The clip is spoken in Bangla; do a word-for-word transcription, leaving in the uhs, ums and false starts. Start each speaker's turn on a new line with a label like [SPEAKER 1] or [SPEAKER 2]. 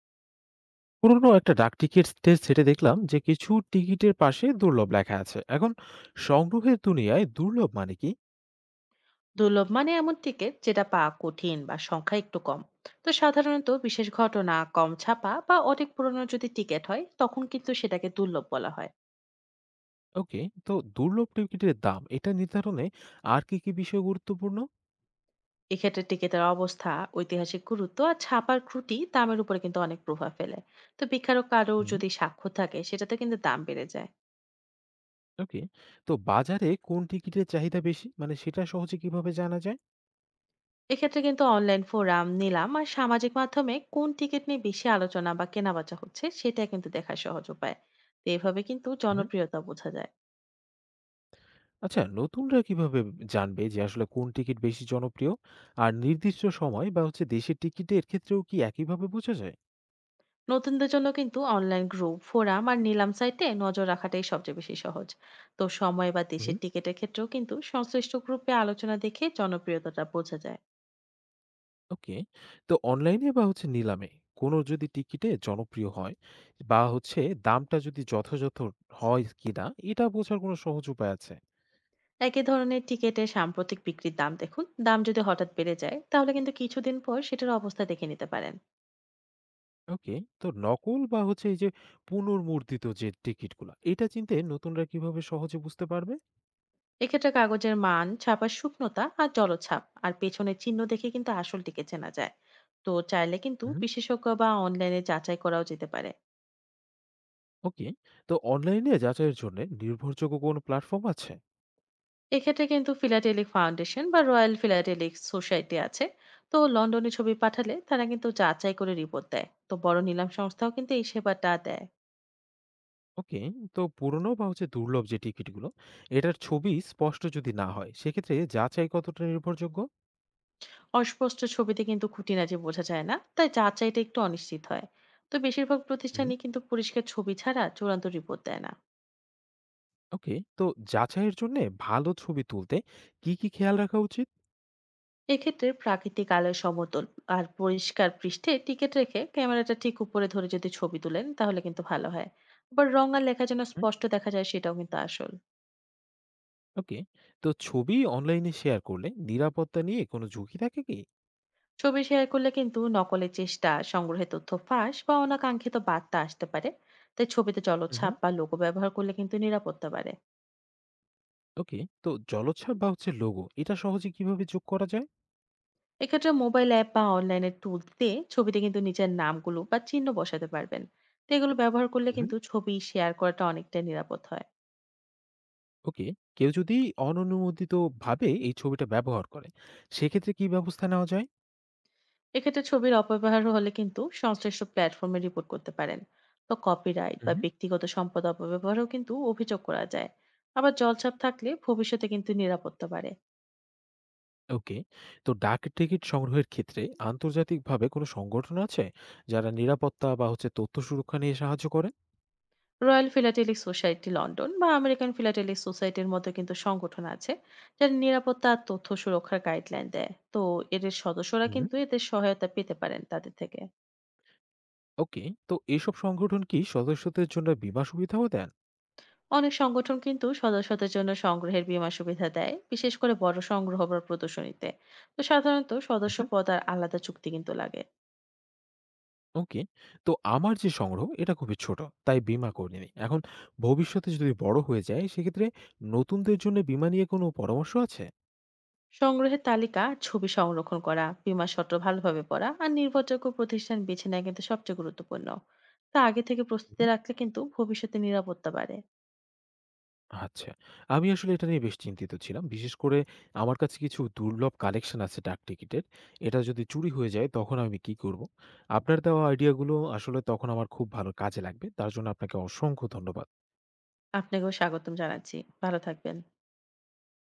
[SPEAKER 1] পুরোনো একটা ডাকটিকিট স্টেজ সেটে দেখলাম যে কিছু টিকিটের পাশে দুর্লভ লেখা আছে। এখন সংগ্রহের দুনিয়ায় দুর্লভ মানে কি?
[SPEAKER 2] দুর্লভ মানে এমন টিকিট যেটা পাওয়া কঠিন বা সংখ্যা একটু কম। তো সাধারণত বিশেষ ঘটনা, কম ছাপা বা অনেক পুরনো যদি টিকিট হয় তখন কিন্তু সেটাকে দুর্লভ বলা হয়।
[SPEAKER 1] ওকে, তো দুর্লভ টিকিটের দাম এটা নির্ধারণে আর কি কি বিষয় গুরুত্বপূর্ণ?
[SPEAKER 2] এক্ষেত্রে টিকিটের অবস্থা, ঐতিহাসিক গুরুত্ব আর ছাপার ত্রুটি দামের উপরে কিন্তু অনেক প্রভাব ফেলে। তো বিখ্যাত কারো
[SPEAKER 1] হুম,
[SPEAKER 2] যদি স্বাক্ষর থাকে সেটাতে কিন্তু দাম বেড়ে যায়।
[SPEAKER 1] ওকে। তো বাজারে কোন টিকিটের চাহিদা বেশি মানে সেটা সহজে কিভাবে জানা যায়?
[SPEAKER 2] এক্ষেত্রে কিন্তু অনলাইন ফোরাম, নিলাম আর সামাজিক মাধ্যমে কোন টিকিট নিয়ে বেশি আলোচনা বা কেনাবেচা হচ্ছে সেটা কিন্তু দেখা সহজ উপায়। তো এভাবে কিন্তু
[SPEAKER 1] হুম,
[SPEAKER 2] জনপ্রিয়তা বোঝা যায়।
[SPEAKER 1] আচ্ছা, নতুনরা কিভাবে জানবে যে আসলে কোন টিকিট বেশি জনপ্রিয়? আর নির্দিষ্ট সময় বা হচ্ছে দেশের টিকিটের ক্ষেত্রেও কি একইভাবে বোঝা যায়?
[SPEAKER 2] নতুনদের জন্য কিন্তু অনলাইন গ্রুপ, ফোরাম আর নিলাম সাইটে নজর রাখাটাই সবচেয়ে বেশি সহজ। তো সময় বা দেশের টিকিটের ক্ষেত্রেও কিন্তু সংশ্লিষ্ট গ্রুপে আলোচনা দেখে জনপ্রিয়তাটা বোঝা যায়।
[SPEAKER 1] ওকে। তো অনলাইনে বা হচ্ছে নিলামে কোনো যদি টিকিটে জনপ্রিয় হয় বা হচ্ছে দামটা যদি যথাযথ হয় কিনা এটা বোঝার কোনো সহজ উপায় আছে?
[SPEAKER 2] একই ধরনের টিকিটের সাম্প্রতিক বিক্রির দাম দেখুন, দাম যদি হঠাৎ বেড়ে যায় তাহলে কিন্তু কিছুদিন পর সেটার অবস্থা দেখে নিতে পারেন।
[SPEAKER 1] ওকে। তো নকল বা হচ্ছে এই যে পুনর্মুদ্রিত যে টিকিটগুলা এটা চিনতে নতুনরা কিভাবে সহজে বুঝতে পারবে?
[SPEAKER 2] এক্ষেত্রে কাগজের মান, ছাপার শুকনতা আর জলছাপ আর পেছনের চিহ্ন দেখে কিন্তু আসল টিকে চেনা যায়। তো চাইলে কিন্তু
[SPEAKER 1] হুম,
[SPEAKER 2] বিশেষজ্ঞ বা অনলাইনে যাচাই করাও যেতে পারে।
[SPEAKER 1] ওকে। তো অনলাইনে যাচাইয়ের জন্য নির্ভরযোগ্য কোনো প্ল্যাটফর্ম আছে?
[SPEAKER 2] এক্ষেত্রে কিন্তু ফিলাটেলিক ফাউন্ডেশন বা রয়্যাল ফিলাটেলিক সোসাইটি আছে। তো লন্ডনে ছবি পাঠালে তারা কিন্তু যাচাই করে রিপোর্ট দেয়। তো বড় নিলাম সংস্থাও কিন্তু এই সেবাটা দেয়।
[SPEAKER 1] ওকে। তো পুরনো বা হচ্ছে দুর্লভ যে টিকিটগুলো এটার ছবি স্পষ্ট যদি না হয় সেক্ষেত্রে যাচাই কতটা নির্ভরযোগ্য?
[SPEAKER 2] অস্পষ্ট ছবিতে কিন্তু খুঁটিনাটি বোঝা যায় না, তাই যাচাইটা একটু অনিশ্চিত হয়। তো বেশিরভাগ প্রতিষ্ঠানই কিন্তু পরিষ্কার ছবি ছাড়া চূড়ান্ত রিপোর্ট দেয় না।
[SPEAKER 1] ওকে। তো যাচাইয়ের জন্যে ভালো ছবি তুলতে কি, কি খেয়াল রাখা উচিত?
[SPEAKER 2] এক্ষেত্রে প্রাকৃতিক আলোয় সমতল আর পরিষ্কার পৃষ্ঠে টিকিট রেখে ক্যামেরাটা ঠিক উপরে ধরে যদি ছবি তোলেন তাহলে কিন্তু ভালো হয়। আবার রং আর লেখা যেন
[SPEAKER 1] হুম,
[SPEAKER 2] স্পষ্ট দেখা যায় সেটাও কিন্তু আসল।
[SPEAKER 1] ওকে। তো ছবি অনলাইনে শেয়ার করলে নিরাপত্তা নিয়ে কোনো ঝুঁকি থাকে কি?
[SPEAKER 2] ছবি শেয়ার করলে কিন্তু নকলের চেষ্টা, সংগ্রহে তথ্য ফাঁস বা অনাকাঙ্ক্ষিত বার্তা আসতে পারে। তাই ছবিতে
[SPEAKER 1] হুম,
[SPEAKER 2] জলছাপ
[SPEAKER 1] হুম,
[SPEAKER 2] বা লোগো ব্যবহার করলে কিন্তু নিরাপত্তা বাড়ে।
[SPEAKER 1] ওকে। তো জলোচ্ছ্বাস বা হচ্ছে লোগো এটা সহজে কিভাবে যোগ করা যায়?
[SPEAKER 2] এক্ষেত্রে মোবাইল অ্যাপ বা অনলাইনে টুল দিয়ে ছবিতে কিন্তু নিজের নামগুলো বা চিহ্ন বসাতে পারবেন। তো এগুলো ব্যবহার করলে
[SPEAKER 1] হুম,
[SPEAKER 2] কিন্তু ছবি শেয়ার করাটা অনেকটা নিরাপদ হয়।
[SPEAKER 1] ওকে। কেউ যদি অননুমোদিত ভাবে এই ছবিটা ব্যবহার করে, সেক্ষেত্রে কি ব্যবস্থা নেওয়া যায়?
[SPEAKER 2] এক্ষেত্রে ছবির অপব্যবহার হলে কিন্তু সংশ্লিষ্ট প্ল্যাটফর্মে রিপোর্ট করতে পারেন। তো কপিরাইট বা
[SPEAKER 1] হুম,
[SPEAKER 2] ব্যক্তিগত সম্পদ অপব্যবহারও কিন্তু অভিযোগ করা যায়। আবার জলছাপ থাকলে ভবিষ্যতে কিন্তু নিরাপত্তা বাড়ে।
[SPEAKER 1] ওকে। তো ডাক টিকিট সংগ্রহের ক্ষেত্রে আন্তর্জাতিকভাবে কোনো সংগঠন আছে যারা নিরাপত্তা বা হচ্ছে তথ্য সুরক্ষা নিয়ে সাহায্য করে?
[SPEAKER 2] রয়্যাল ফিলাটেলিক সোসাইটি লন্ডন বা আমেরিকান ফিলাটেলিক সোসাইটির মতো কিন্তু সংগঠন আছে, যারা নিরাপত্তা আর তথ্য সুরক্ষার গাইডলাইন দেয়। তো এদের সদস্যরা
[SPEAKER 1] হুম,
[SPEAKER 2] কিন্তু এদের সহায়তা পেতে পারেন তাদের থেকে।
[SPEAKER 1] ওকে। তো এসব সংগঠন কি সদস্যদের জন্য বীমা সুবিধাও দেন?
[SPEAKER 2] অনেক সংগঠন কিন্তু সদস্যদের জন্য সংগ্রহের বীমা সুবিধা দেয়, বিশেষ করে বড় সংগ্রহ বা প্রদর্শনীতে। তো সাধারণত সদস্য
[SPEAKER 1] হুম,
[SPEAKER 2] পদ আর আলাদা চুক্তি কিন্তু লাগে।
[SPEAKER 1] ওকে। তো আমার যে সংগ্রহ এটা খুবই ছোট। তাই বীমা করিনি। এখন ভবিষ্যতে যদি বড় হয়ে যায় সেক্ষেত্রে নতুনদের জন্য বীমা নিয়ে কোনো পরামর্শ আছে?
[SPEAKER 2] সংগ্রহের তালিকা, ছবি সংরক্ষণ করা, বীমা শর্ত ভালোভাবে পড়া আর নির্ভরযোগ্য প্রতিষ্ঠান বেছে নেওয়া কিন্তু সবচেয়ে গুরুত্বপূর্ণ। তা আগে থেকে
[SPEAKER 1] হুম,
[SPEAKER 2] প্রস্তুতি রাখলে কিন্তু ভবিষ্যতে নিরাপত্তা বাড়ে।
[SPEAKER 1] আচ্ছা। আমি আসলে এটা নিয়ে বেশ চিন্তিত ছিলাম। বিশেষ করে আমার কাছে কিছু দুর্লভ কালেকশন আছে ডাকটিকিটের। এটা যদি চুরি হয়ে যায় তখন আমি কি করব? আপনার দেওয়া আইডিয়াগুলো আসলে তখন আমার খুব ভালো কাজে লাগবে। তার জন্য আপনাকে অসংখ্য ধন্যবাদ।
[SPEAKER 2] আপনাকেও স্বাগতম জানাচ্ছি। ভালো থাকবেন।